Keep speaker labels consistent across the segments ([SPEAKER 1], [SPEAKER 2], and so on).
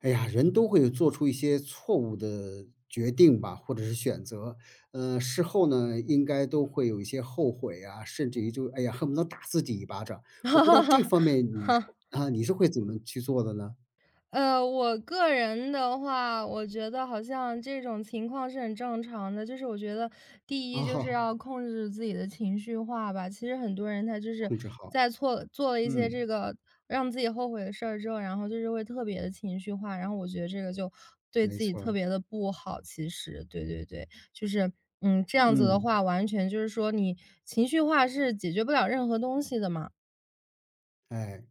[SPEAKER 1] 哎呀，人都会做出一些错误的决定吧，或者是选择。事后呢，应该都会有一些后悔啊，甚至于就哎呀，恨不得打自己一巴掌。我
[SPEAKER 2] 哈
[SPEAKER 1] 不知道这
[SPEAKER 2] 哈
[SPEAKER 1] 方面你是
[SPEAKER 2] 哈，
[SPEAKER 1] 啊，你是会怎么去做的呢？
[SPEAKER 2] 我个人的话，我觉得好像这种情况是很正常的。就是我觉得第一就是
[SPEAKER 1] 啊，
[SPEAKER 2] 要控制自己的情绪化吧。其实很多人他就是
[SPEAKER 1] 控制好，
[SPEAKER 2] 在错做了一些
[SPEAKER 1] 嗯，
[SPEAKER 2] 这个让自己后悔的事儿之后，然后就是会特别的情绪化，然后我觉得这个就对
[SPEAKER 1] 没
[SPEAKER 2] 自己
[SPEAKER 1] 错
[SPEAKER 2] 特
[SPEAKER 1] 儿
[SPEAKER 2] 别的不好，其实，对对对。就是，嗯，这样子的
[SPEAKER 1] 嗯，
[SPEAKER 2] 话，完全就是说你情绪化是解决不了任何东西的嘛，
[SPEAKER 1] 哎，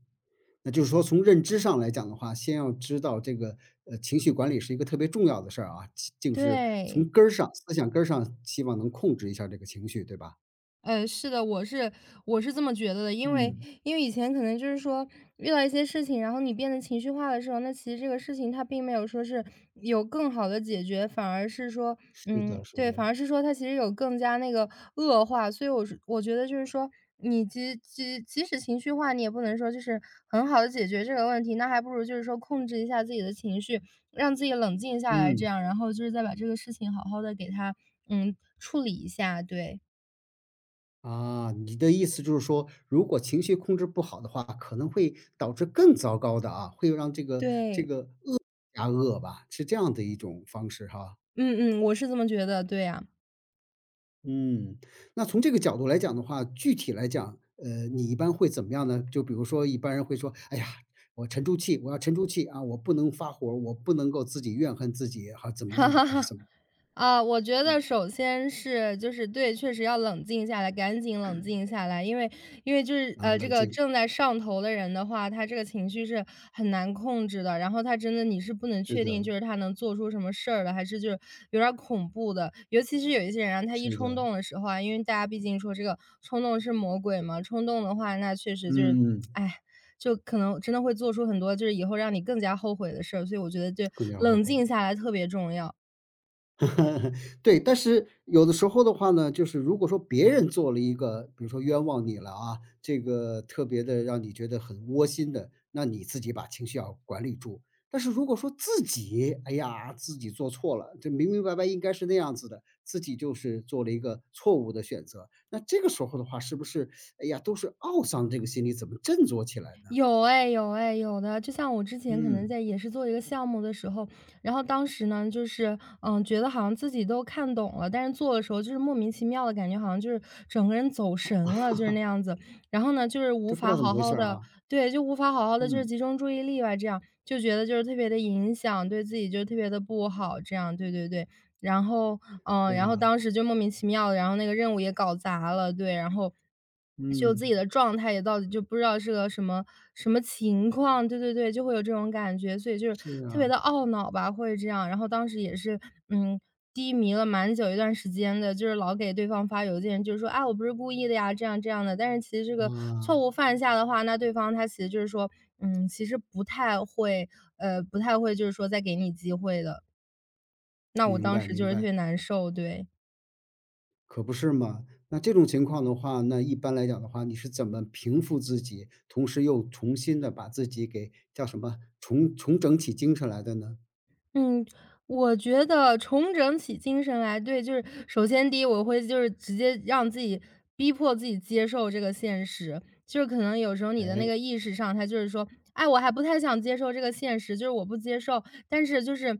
[SPEAKER 1] 那就是说从认知上来讲的话，先要知道这个情绪管理是一个特别重要的事儿啊，其就是
[SPEAKER 2] 对。
[SPEAKER 1] 从根儿上，思想根儿上，希望能控制一下这个情绪，对吧？
[SPEAKER 2] 是的，我是这么觉得的，因为
[SPEAKER 1] 嗯。
[SPEAKER 2] 因为以前可能就是说遇到一些事情，然后你变得情绪化的时候，那其实这个事情它并没有说是有更好的解决，反而是说，
[SPEAKER 1] 是的，
[SPEAKER 2] 嗯，
[SPEAKER 1] 是
[SPEAKER 2] 对，
[SPEAKER 1] 的，
[SPEAKER 2] 反而是说它其实有更加那个恶化，所以我是我觉得就是说，你即使情绪化，你也不能说就是很好的解决这个问题，那还不如就是说控制一下自己的情绪，让自己冷静下来，这
[SPEAKER 1] 嗯，
[SPEAKER 2] 样，然后就是再把这个事情好好的给它，嗯，处理一下，对。
[SPEAKER 1] 啊，你的意思就是说，如果情绪控制不好的话，可能会导致更糟糕的啊，会让这个这
[SPEAKER 2] 对，
[SPEAKER 1] 个加恶吧，是这样的一种方式哈。
[SPEAKER 2] 嗯嗯，我是这么觉得，对呀。
[SPEAKER 1] 嗯，那从这个角度来讲的话，具体来讲，你一般会怎么样呢？就比如说，一般人会说，哎呀，我沉住气，我要沉住气啊，我不能发火儿我不能够自己怨恨自己，还怎 么
[SPEAKER 2] 哈
[SPEAKER 1] 样的，
[SPEAKER 2] 哈
[SPEAKER 1] 还是
[SPEAKER 2] 哈
[SPEAKER 1] 怎么，
[SPEAKER 2] 啊，我觉得
[SPEAKER 1] 嗯，
[SPEAKER 2] 首先是就是对，确实要冷静下来，赶紧冷静下来，因为因为就是
[SPEAKER 1] 啊，
[SPEAKER 2] 这
[SPEAKER 1] 冷
[SPEAKER 2] 个
[SPEAKER 1] 静，
[SPEAKER 2] 正在上头的人的话，他这个情绪是很难控制的，然后他真的你是不能
[SPEAKER 1] 是
[SPEAKER 2] 确定，
[SPEAKER 1] 的，
[SPEAKER 2] 就是他能做出什么事儿的，还是就是有点儿恐怖的。尤其是有一些人啊，他一
[SPEAKER 1] 是
[SPEAKER 2] 冲
[SPEAKER 1] 的，
[SPEAKER 2] 动的时候啊，因为大家毕竟说这个冲动是魔鬼嘛，冲动的话，那确实就是，
[SPEAKER 1] 嗯，嗯
[SPEAKER 2] 哎，就可能真的会做出很多就是以后让你更加后悔的事儿，所以我觉得就
[SPEAKER 1] 更加后
[SPEAKER 2] 冷
[SPEAKER 1] 悔。
[SPEAKER 2] 静下来特别重要。
[SPEAKER 1] 对，但是有的时候的话呢，就是如果说别人做了一个，比如说冤枉你了啊，这个特别的让你觉得很窝心的，那你自己把情绪要管理住。但是如果说自己，哎呀，自己做错了，这明明白白应该是那样子的，自己就是做了一个错误的选择，那这个时候的话是不是，哎呀，都是懊丧这个心理怎么振作起来呢？
[SPEAKER 2] 有哎，有哎，有的。就像我之前可能
[SPEAKER 1] 嗯。
[SPEAKER 2] 在也是做一个项目的时候，然后当时呢，就是嗯，觉得好像自己都看懂了，但是做的时候就是莫名其妙的感觉，好像就是整个人走神了，就是那样子。然后呢，就是无
[SPEAKER 1] 这不知
[SPEAKER 2] 法
[SPEAKER 1] 道怎
[SPEAKER 2] 好
[SPEAKER 1] 么回
[SPEAKER 2] 好
[SPEAKER 1] 事儿
[SPEAKER 2] 的，
[SPEAKER 1] 啊。
[SPEAKER 2] 对，就无法好好的就是
[SPEAKER 1] 嗯。
[SPEAKER 2] 集中注意力吧，这样就觉得就是特别的影响，对自己就特别的不好，这样，对对对。然后，嗯，
[SPEAKER 1] 对
[SPEAKER 2] 然后
[SPEAKER 1] 呀。
[SPEAKER 2] 当时就莫名其妙的，然后那个任务也搞砸了，对，然后就
[SPEAKER 1] 嗯，
[SPEAKER 2] 自己的状态也到底就不知道是个什么情况，对对对，就会有这种感觉，所以就是
[SPEAKER 1] 是
[SPEAKER 2] 特别
[SPEAKER 1] 啊，
[SPEAKER 2] 的懊恼吧，会这样。然后当时也是，嗯，低迷了蛮久一段时间的，就是老给对方发邮件，就是说啊，我不是故意的呀，这样这样的。但是其实这个错
[SPEAKER 1] 哇。
[SPEAKER 2] 误犯下的话，那对方他其实就是说，嗯，其实不太会，呃，不太会，就是说再给你机会的。那我
[SPEAKER 1] 明
[SPEAKER 2] 当
[SPEAKER 1] 白
[SPEAKER 2] 时就
[SPEAKER 1] 明
[SPEAKER 2] 是特
[SPEAKER 1] 白，
[SPEAKER 2] 别难受，对。
[SPEAKER 1] 可不是嘛。那这种情况的话，那一般来讲的话，你是怎么平复自己，同时又重新的把自己给叫什么，重整起精神来的呢？
[SPEAKER 2] 嗯，我觉得重整起精神来，对，就是首先第一，我会就是直接让自己逼迫自己接受这个现实，就是可能有时候你的那
[SPEAKER 1] 哎，
[SPEAKER 2] 个意识上，他就是说，哎，我还不太想接受这个现实，就是我不接受，但是就是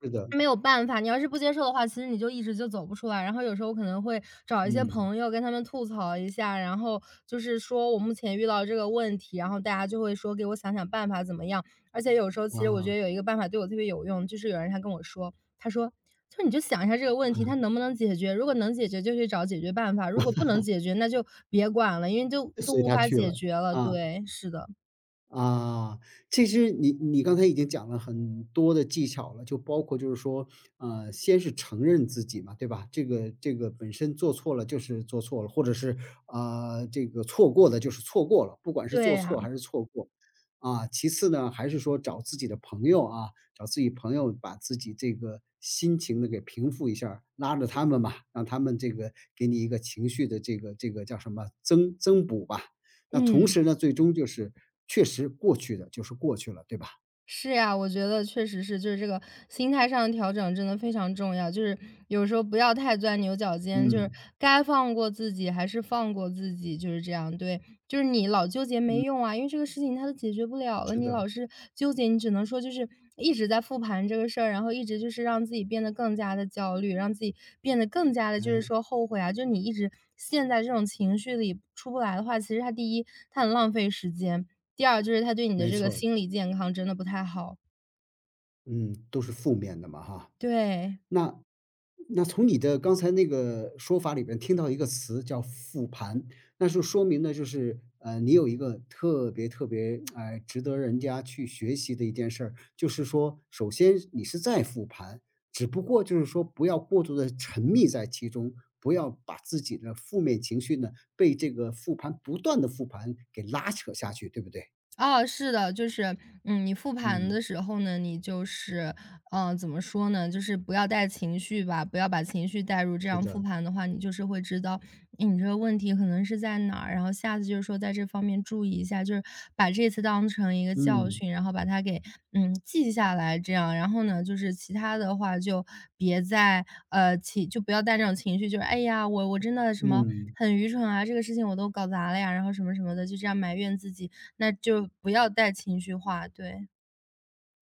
[SPEAKER 1] 是的，
[SPEAKER 2] 没有办法，你要是不接受的话，其实你就一直就走不出来。然后有时候可能会找一些
[SPEAKER 1] 嗯，
[SPEAKER 2] 朋友跟他们吐槽一下，然后就是说我目前遇到这个问题，然后大家就会说给我想想办法怎么样。而且有时候其实我觉
[SPEAKER 1] 啊，
[SPEAKER 2] 得有一个办法对我特别有用，就是有人他跟我说，他说："就你就想一下这个问题，它能不能解决？如果能解决，就去找解决办法；如果不能解决，那就别管了，因为就
[SPEAKER 1] 所
[SPEAKER 2] 都
[SPEAKER 1] 随
[SPEAKER 2] 无
[SPEAKER 1] 他
[SPEAKER 2] 法
[SPEAKER 1] 去
[SPEAKER 2] 解
[SPEAKER 1] 了，
[SPEAKER 2] 决了。"
[SPEAKER 1] 啊。
[SPEAKER 2] 对，是的，
[SPEAKER 1] 啊，其实你刚才已经讲了很多的技巧了，就包括就是说，先是承认自己嘛，对吧？这个本身做错了就是做错了，或者是这个错过的就是错过了，不管是
[SPEAKER 2] 对
[SPEAKER 1] 做
[SPEAKER 2] 呀，
[SPEAKER 1] 错还是错过。啊，其次呢，还是说找自己的朋友啊，找自己朋友把自己这个心情的给平复一下儿拉着他们吧，让他们这个给你一个情绪的这个叫什么增补吧，那同
[SPEAKER 2] 嗯。
[SPEAKER 1] 时呢，最终就是确实过去的就是过去了，对吧？
[SPEAKER 2] 是呀，我觉得确实是，就是这个心态上的调整真的非常重要。就是有时候不要太钻牛角尖，就是
[SPEAKER 1] 嗯，
[SPEAKER 2] 该放过自己还是放过自己，就是这样。对，就是你老纠结没用啊，因为这个事情它都解决不了了，
[SPEAKER 1] 是
[SPEAKER 2] 你
[SPEAKER 1] 的，
[SPEAKER 2] 老是纠结，你只能说就是一直在复盘这个事儿，然后一直就是让自己变得更加的焦虑，让自己变得更加的就是
[SPEAKER 1] 哎，
[SPEAKER 2] 说后悔啊。就是你一直陷在这种情绪里出不来的话，其实它第一，它很浪费时间。第二就是他对你的
[SPEAKER 1] 没
[SPEAKER 2] 这个
[SPEAKER 1] 错儿
[SPEAKER 2] 心理健康真的不太好，
[SPEAKER 1] 嗯，都是负面的嘛哈。
[SPEAKER 2] 对。
[SPEAKER 1] 那那从你的刚才那个说法里边听到一个词叫“复盘”，那就说明呢，就是你有一个特别特别哎，值得人家去学习的一件事儿，就是说，首先你是在复盘，只不过就是说不要过度的沉迷在其中，不要把自己的负面情绪呢被这个复盘不断的复盘给拉扯下去，对不对？
[SPEAKER 2] 哦，是的，就是，嗯，你复盘
[SPEAKER 1] 嗯，
[SPEAKER 2] 的时候呢，你就是，嗯，怎么说呢，就是不要带情绪吧，不要把情绪带入，这
[SPEAKER 1] 是
[SPEAKER 2] 样复
[SPEAKER 1] 的，
[SPEAKER 2] 盘的话，你就是会知道，诶你这个问题可能是在哪儿，然后下次就是说在这方面注意一下，就是把这次当成一个教
[SPEAKER 1] 嗯
[SPEAKER 2] 训，然后把它给嗯记下来，这样，然后呢，就是其他的话就别再呃情，就不要带那种情绪，就是哎呀，我真的什么
[SPEAKER 1] 嗯。
[SPEAKER 2] 很愚蠢啊，这个事情我都搞砸了呀，然后什么什么的，就这样埋怨自己。那就不要带情绪化，对。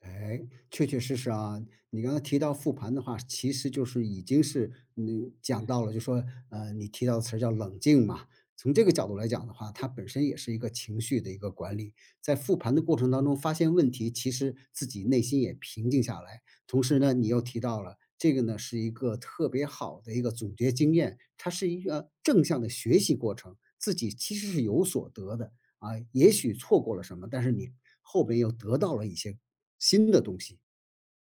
[SPEAKER 1] 哎，确确实实啊，你刚才提到复盘的话，其实就是已经是讲到了，就说你提到的词儿叫冷静嘛。从这个角度来讲的话，它本身也是一个情绪的一个管理。在复盘的过程当中，发现问题，其实自己内心也平静下来。同时呢，你又提到了这个呢，是一个特别好的一个总结经验，它是一个正向的学习过程，自己其实是有所得的。啊，也许错过了什么，但是你后边又得到了一些新的东西。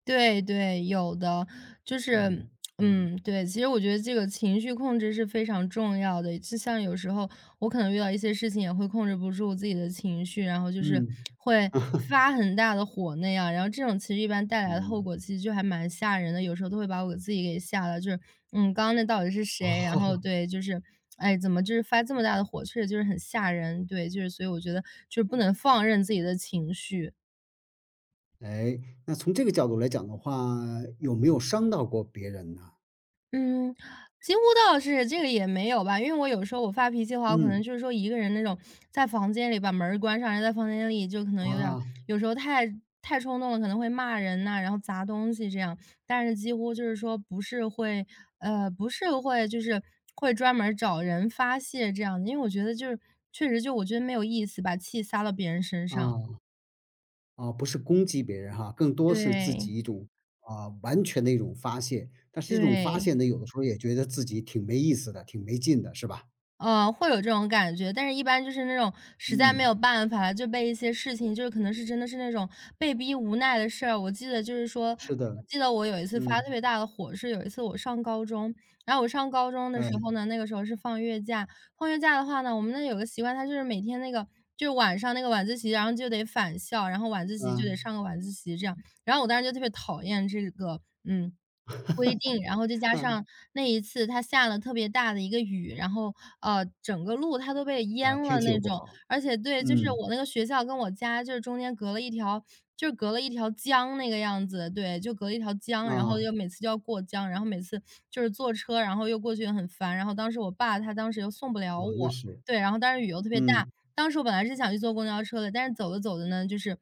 [SPEAKER 2] 对对，有的。就是
[SPEAKER 1] 嗯嗯
[SPEAKER 2] 嗯，对，其实我觉得这个情绪控制是非常重要的。就像有时候我可能遇到一些事情也会控制不住自己的情绪，然后就是
[SPEAKER 1] 嗯。
[SPEAKER 2] 会 发很大的火那样，然后这种其实一般带来的后
[SPEAKER 1] 嗯。
[SPEAKER 2] 果其实就还蛮吓人的，有时候都会把我自己给吓了，就是嗯，刚刚那到底是谁？然后
[SPEAKER 1] 哦，
[SPEAKER 2] 对，就是哎，怎么就是发这么大的火，确实就是很吓人，对，就是所以我觉得就是不能放任自己的情绪。
[SPEAKER 1] 哎，那从这个角度来讲的话，有没有伤到过别人呢？
[SPEAKER 2] 嗯，几乎倒是这个也没有吧，因为我有时候我发脾气的话，我可能
[SPEAKER 1] 嗯。
[SPEAKER 2] 就是说一个人那种在房间里把门儿关上，然后在房间里就可能有点儿
[SPEAKER 1] 啊，
[SPEAKER 2] 有时候太冲动了，可能会骂人呐、然后砸东西这样。但是几乎就是说不是会，呃，不是会就是会专门儿找人发泄这样的，因为我觉得就是确实就我觉得没有意思，把气撒到别人身上。
[SPEAKER 1] 啊，啊，不是攻击别人哈，更多是自
[SPEAKER 2] 对
[SPEAKER 1] 己一种，啊，完全的一种发泄，但是这种发
[SPEAKER 2] 对。
[SPEAKER 1] 泄呢，有的时候也觉得自己挺没意思的，挺没劲的，是吧？
[SPEAKER 2] 会有这种感觉，但是一般就是那种实在没
[SPEAKER 1] 嗯。
[SPEAKER 2] 有办法了，就被一些事情，就是可能是真的是那种被逼无奈的事儿。我记得就是说，
[SPEAKER 1] 是
[SPEAKER 2] 我
[SPEAKER 1] 的，
[SPEAKER 2] 记得我有一次发
[SPEAKER 1] 嗯，
[SPEAKER 2] 特别大的火，是有一次我上高中，然后我上高中的
[SPEAKER 1] 哎，
[SPEAKER 2] 时候呢，那个时候是放月假，放月假的话呢，我们那有个习惯，它就是每天那个就是晚上那个晚自习，然后就得返校，然后晚自习就
[SPEAKER 1] 啊，
[SPEAKER 2] 得上个晚自习这样，然后我当时就特别讨厌这个，嗯。规定，然后再加
[SPEAKER 1] 啊，
[SPEAKER 2] 上 那一次它下了特别大的一个雨，然后，整个路它都被淹
[SPEAKER 1] 啊，天
[SPEAKER 2] 了
[SPEAKER 1] 气
[SPEAKER 2] 那
[SPEAKER 1] 又不
[SPEAKER 2] 种。
[SPEAKER 1] 好，
[SPEAKER 2] 而且对，就是
[SPEAKER 1] 嗯。
[SPEAKER 2] 我那个学校跟我家就是中间隔了一条就是隔了一条江那个样子，对，就隔了一条江，然后
[SPEAKER 1] 啊，
[SPEAKER 2] 又每次就要过江，然后每次就是坐车，然后又过去也很烦。然后当时我爸他当时又送不了
[SPEAKER 1] 哦，那
[SPEAKER 2] 我，
[SPEAKER 1] 是，
[SPEAKER 2] 对，然后当时雨又特别大，
[SPEAKER 1] 嗯，
[SPEAKER 2] 当时我本来是想去坐公交车的，但是走着走着呢，就是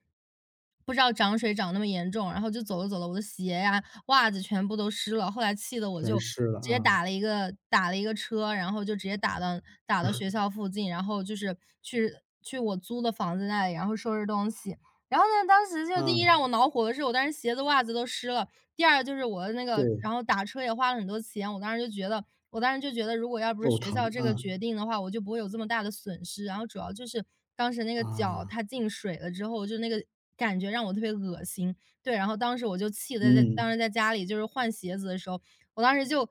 [SPEAKER 2] 不知道涨水涨那么严重，然后就走着走着我的鞋呀，袜子全部都湿了。后来气得我就
[SPEAKER 1] 全湿了
[SPEAKER 2] 直接
[SPEAKER 1] 啊，
[SPEAKER 2] 打了一个车，然后就直接打到学 校附近，然后就是去去我租的房子那里，然后收拾东西。然后呢，当时就第
[SPEAKER 1] 啊，
[SPEAKER 2] 一让我恼火的是，我当时鞋子、袜子都湿了；第二就是我的那个，
[SPEAKER 1] 对，
[SPEAKER 2] 然后打车也花了很多钱，我当时就觉得，我当时就觉得，如果要不是
[SPEAKER 1] 肉
[SPEAKER 2] 学校
[SPEAKER 1] 疼，
[SPEAKER 2] 这个
[SPEAKER 1] 啊，
[SPEAKER 2] 决定的话，我就不会有这么大的损失。然后主要就是当时那个脚
[SPEAKER 1] 啊，
[SPEAKER 2] 它进水了之后，就那个感觉让我特别恶心，对，然后当时我就气的在当
[SPEAKER 1] 嗯，
[SPEAKER 2] 时在家里就是换鞋子的时候，我当时就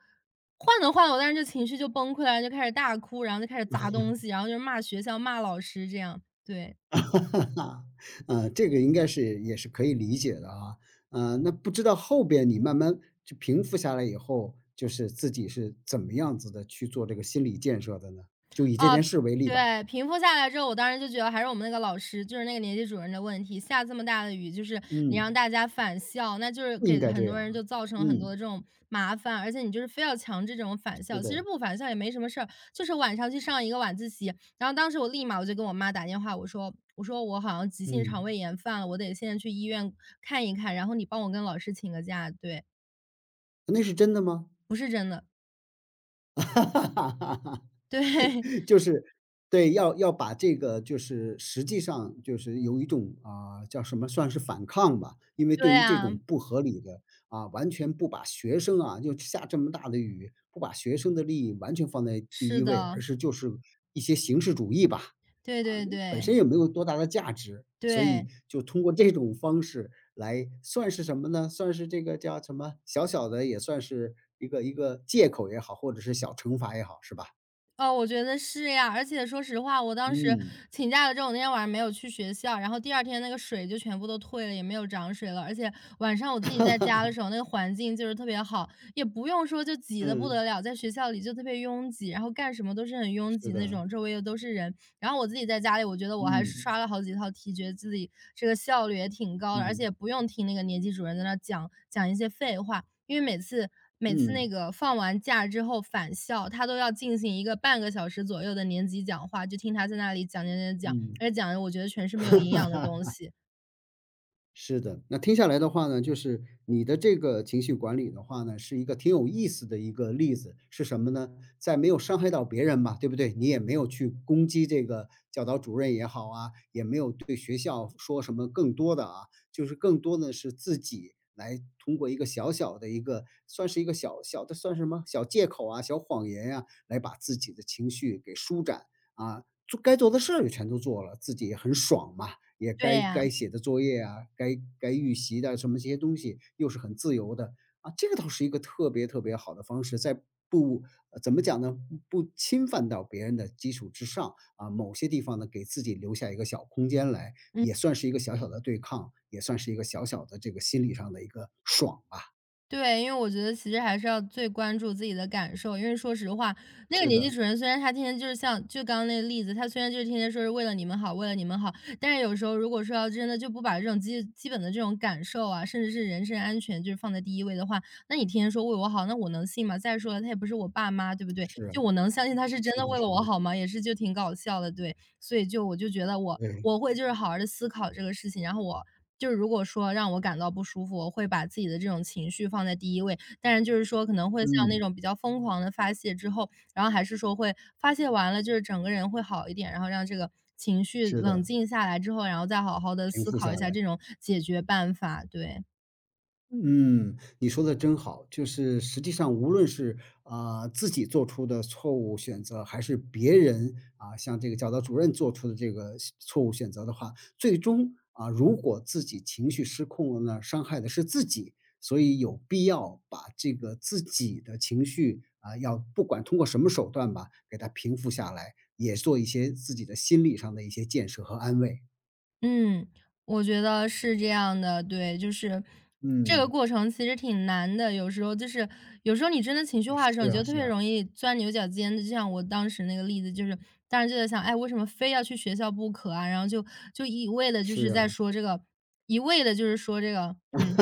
[SPEAKER 2] 换着换着，我当时就情绪就崩溃了，就开始大哭，然后就开始砸东西，然后就是骂学校、骂老师这样，对。
[SPEAKER 1] 啊，这个应该是也是可以理解的啊，那不知道后边你慢慢就平复下来以后，就是自己是怎么样子的去做这个心理建设的呢？就以这
[SPEAKER 2] 啊，
[SPEAKER 1] 件事为例吧，
[SPEAKER 2] 对，平复下来之后，我当时就觉得还是我们那个老师，就是那个年级主任的问题。下这么大的雨，就是你让
[SPEAKER 1] 嗯，
[SPEAKER 2] 大家返校，那就是
[SPEAKER 1] 应
[SPEAKER 2] 给
[SPEAKER 1] 该这
[SPEAKER 2] 很多
[SPEAKER 1] 样
[SPEAKER 2] 人就
[SPEAKER 1] 啊
[SPEAKER 2] 造成了很多
[SPEAKER 1] 嗯，
[SPEAKER 2] 的这种麻烦，而且你就是非要强制这种返
[SPEAKER 1] 是
[SPEAKER 2] 校，其
[SPEAKER 1] 的，
[SPEAKER 2] 实不返校也没什么事儿，就是晚上去上一个晚自习。然后当时我立马我就跟我妈打电话，我说我好像急性肠
[SPEAKER 1] 嗯，
[SPEAKER 2] 胃炎犯了，我得现在去医院看一看，然后你帮我跟老师请个假。对，
[SPEAKER 1] 那是真的吗？
[SPEAKER 2] 不是真的，
[SPEAKER 1] 哈哈哈
[SPEAKER 2] 对
[SPEAKER 1] 就 是对，要把这个就是实际上就是有一种，啊，叫什么算是反抗吧。因为对
[SPEAKER 2] 对
[SPEAKER 1] 于这
[SPEAKER 2] 啊，
[SPEAKER 1] 种不合理的，啊，完全不把学生啊，就下这么大的雨，不把学生的利益完全放在第
[SPEAKER 2] 是
[SPEAKER 1] 一位，而
[SPEAKER 2] 的，
[SPEAKER 1] 是就是一些形式主义吧，
[SPEAKER 2] 对对
[SPEAKER 1] 本
[SPEAKER 2] 对
[SPEAKER 1] 身也没有多大的价值。所以
[SPEAKER 2] 对。
[SPEAKER 1] 就通过这种方式来算是什么呢？算是这个叫什么，小小的也算是一个借口也好，或者是小惩罚也好，是吧？
[SPEAKER 2] 哦，我觉得是呀，而且说实话，我当时
[SPEAKER 1] 嗯，
[SPEAKER 2] 请假了之后，我那天晚上没有去学校，然后第二天那个水就全部都退了，也没有涨水了。而且晚上我自己在家的时候，那个环境就是特别好，也不用说就挤得不
[SPEAKER 1] 嗯。
[SPEAKER 2] 得了，在学校里就特别拥挤，然后干什么都是很拥
[SPEAKER 1] 是
[SPEAKER 2] 挤那
[SPEAKER 1] 的，
[SPEAKER 2] 种，周围又都是人。然后我自己在家里，我觉得我还
[SPEAKER 1] 嗯，
[SPEAKER 2] 刷了好几套题，觉得自己这个效率也挺高的，而且
[SPEAKER 1] 嗯，
[SPEAKER 2] 也不用听那个年级主任在那讲讲一些废话。因为每次那
[SPEAKER 1] 嗯，
[SPEAKER 2] 个放完假之后返校，他都要进行一个半个小时左右的年级讲话，就听他在那里讲讲讲讲，
[SPEAKER 1] 嗯。
[SPEAKER 2] 而且讲的我觉得全是没有营 养的东西。
[SPEAKER 1] 是的，那听下来的话呢，就是你的这个情绪管理的话呢，是一个挺有意思的一个例子，是什么呢？在没有伤害到别人嘛，对不对？你也没有去攻击这个教导主任也好啊，也没有对学校说什么更多的啊，就是更多的是自己来通过一个小小的一个，算是一个小小的算是什么小借口啊、小谎言呀、来把自己的情绪给舒展啊，做该做的事儿也全都做了，自己也很爽嘛。也
[SPEAKER 2] 对
[SPEAKER 1] 该
[SPEAKER 2] 呀，
[SPEAKER 1] 该写的作业啊，该预习的什么这些东西又是很自由的啊，这个倒是一个特别特别好的方式，在不怎么讲呢，不侵犯到别人的基础之上啊，某些地方呢给自己留下一个小空间来，
[SPEAKER 2] 嗯。
[SPEAKER 1] 也算是一个小小的对抗，也算是一个小小的这个心理上的一个爽吧。
[SPEAKER 2] 对，因为我觉得其实还是要最关注自己的感受，因为说实话，那个
[SPEAKER 1] 是
[SPEAKER 2] 年纪
[SPEAKER 1] 的，
[SPEAKER 2] 主任虽然他天天就是像就刚刚那个例子，他虽然就是天天说是为了你们好，为了你们好，但是有时候如果说要真的就不把这种基本的这种感受啊，甚至是人身安全就是放在第一位的话，那你天天说为我好，那我能信吗？再说了，他也不是我爸妈，对不对？
[SPEAKER 1] 是啊
[SPEAKER 2] 就我能相信他是真
[SPEAKER 1] 是
[SPEAKER 2] 的
[SPEAKER 1] 的，
[SPEAKER 2] 为了
[SPEAKER 1] 是
[SPEAKER 2] 我
[SPEAKER 1] 的，
[SPEAKER 2] 好吗？也是就挺搞笑的，对。所以就我就觉得我
[SPEAKER 1] 对，
[SPEAKER 2] 我会就是好好的思考这个事情，然后我就是如果说让我感到不舒服，我会把自己的这种情绪放在第一位。但是就是说可能会像那
[SPEAKER 1] 嗯，
[SPEAKER 2] 种比较疯狂的发泄之后，然后还是说会发泄完了，就是整个人会好一点，然后让这个情绪
[SPEAKER 1] 是
[SPEAKER 2] 冷
[SPEAKER 1] 的，
[SPEAKER 2] 静下来之后，然后再好好的
[SPEAKER 1] 平
[SPEAKER 2] 思
[SPEAKER 1] 复
[SPEAKER 2] 考
[SPEAKER 1] 下
[SPEAKER 2] 一下这
[SPEAKER 1] 来。
[SPEAKER 2] 种解决办法，对。
[SPEAKER 1] 嗯，你说的真好。就是实际上无论是，啊，自己做出的错误选择，还是别人，啊，像这个教导主任做出的这个选错误选择的话，最终，啊，如果自己情绪失控了呢，伤害的是自己。所以有必要把这个自己的情绪，啊，要不管通过什么手段吧，给它平复下来，也做一些自己的心理上的一些建设和安慰。
[SPEAKER 2] 嗯，我觉得是这样的，对，就是这个
[SPEAKER 1] 嗯，
[SPEAKER 2] 过程其实挺难的，有时候你真的情绪
[SPEAKER 1] 啊
[SPEAKER 2] 化的时候，
[SPEAKER 1] 是
[SPEAKER 2] 你就
[SPEAKER 1] 啊
[SPEAKER 2] 特
[SPEAKER 1] 是
[SPEAKER 2] 别
[SPEAKER 1] 啊，
[SPEAKER 2] 容易钻牛角尖的。就像我当时那个例子，就是当时就在想，哎，为什么非要去学校不可啊？然后就一味的就
[SPEAKER 1] 是
[SPEAKER 2] 是在
[SPEAKER 1] 啊，
[SPEAKER 2] 说这个，一味的就是说这个，嗯，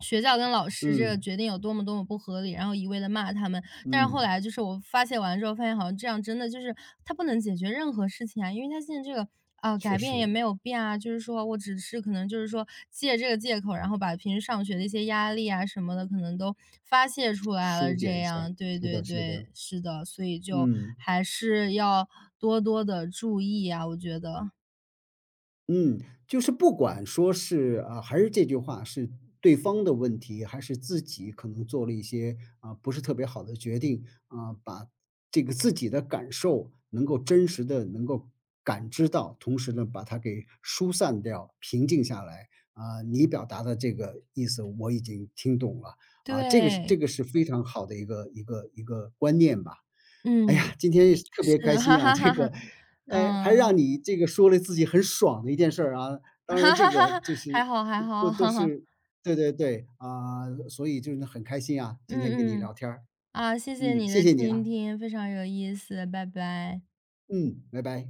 [SPEAKER 2] 学校跟老师这个
[SPEAKER 1] 嗯，
[SPEAKER 2] 决定有多么多么不合理，然后一味的骂他们。但是后
[SPEAKER 1] 嗯。
[SPEAKER 2] 来就是我发泄完之后，发现好像这样真的就是它不能解决任何事情啊，因为它现在这个啊改
[SPEAKER 1] 确
[SPEAKER 2] 变也
[SPEAKER 1] 实，
[SPEAKER 2] 没有变啊，就是说我只是可能就是说借这个借口，然后把平时上学的一些压力啊什么的，可能都发泄出来了。
[SPEAKER 1] 疏解
[SPEAKER 2] 这
[SPEAKER 1] 一下，
[SPEAKER 2] 样，对
[SPEAKER 1] 是
[SPEAKER 2] 对
[SPEAKER 1] 的是
[SPEAKER 2] 对，
[SPEAKER 1] 的，
[SPEAKER 2] 是的，所以就
[SPEAKER 1] 嗯，
[SPEAKER 2] 还是要多多的注意啊，我觉得。
[SPEAKER 1] 嗯，就是不管说是啊，还是这句话，是对方的问题，还是自己可能做了一些，啊，不是特别好的决定，啊，把这个自己的感受能够真实的能够感知到，同时呢，把它给疏散掉、平静下来。啊，你表达的这个意思我已经听懂了，啊，这个是
[SPEAKER 2] 对，
[SPEAKER 1] 这个是非常好的一个观念吧。哎呀，
[SPEAKER 2] 嗯，
[SPEAKER 1] 今天也是特
[SPEAKER 2] 是
[SPEAKER 1] 别开
[SPEAKER 2] 的，哈
[SPEAKER 1] 心啊，
[SPEAKER 2] 哈
[SPEAKER 1] 这
[SPEAKER 2] 哈哈，
[SPEAKER 1] 个，哎，还
[SPEAKER 2] 嗯，
[SPEAKER 1] 让你这个说了自己很爽的一件事儿啊。当
[SPEAKER 2] 哈
[SPEAKER 1] 然这
[SPEAKER 2] 哈哈
[SPEAKER 1] 个
[SPEAKER 2] 哈
[SPEAKER 1] 就
[SPEAKER 2] 还
[SPEAKER 1] 是
[SPEAKER 2] 好还
[SPEAKER 1] 都
[SPEAKER 2] 好，
[SPEAKER 1] 都
[SPEAKER 2] 哈哈，
[SPEAKER 1] 是对对对，啊，所以就是很开心啊，今天跟你
[SPEAKER 2] 嗯嗯。
[SPEAKER 1] 聊天儿。
[SPEAKER 2] 啊，谢谢
[SPEAKER 1] 嗯，
[SPEAKER 2] 你
[SPEAKER 1] 谢
[SPEAKER 2] 的
[SPEAKER 1] 谢你
[SPEAKER 2] 倾
[SPEAKER 1] 啊，
[SPEAKER 2] 听，非常有意思，拜拜。
[SPEAKER 1] 嗯，拜拜。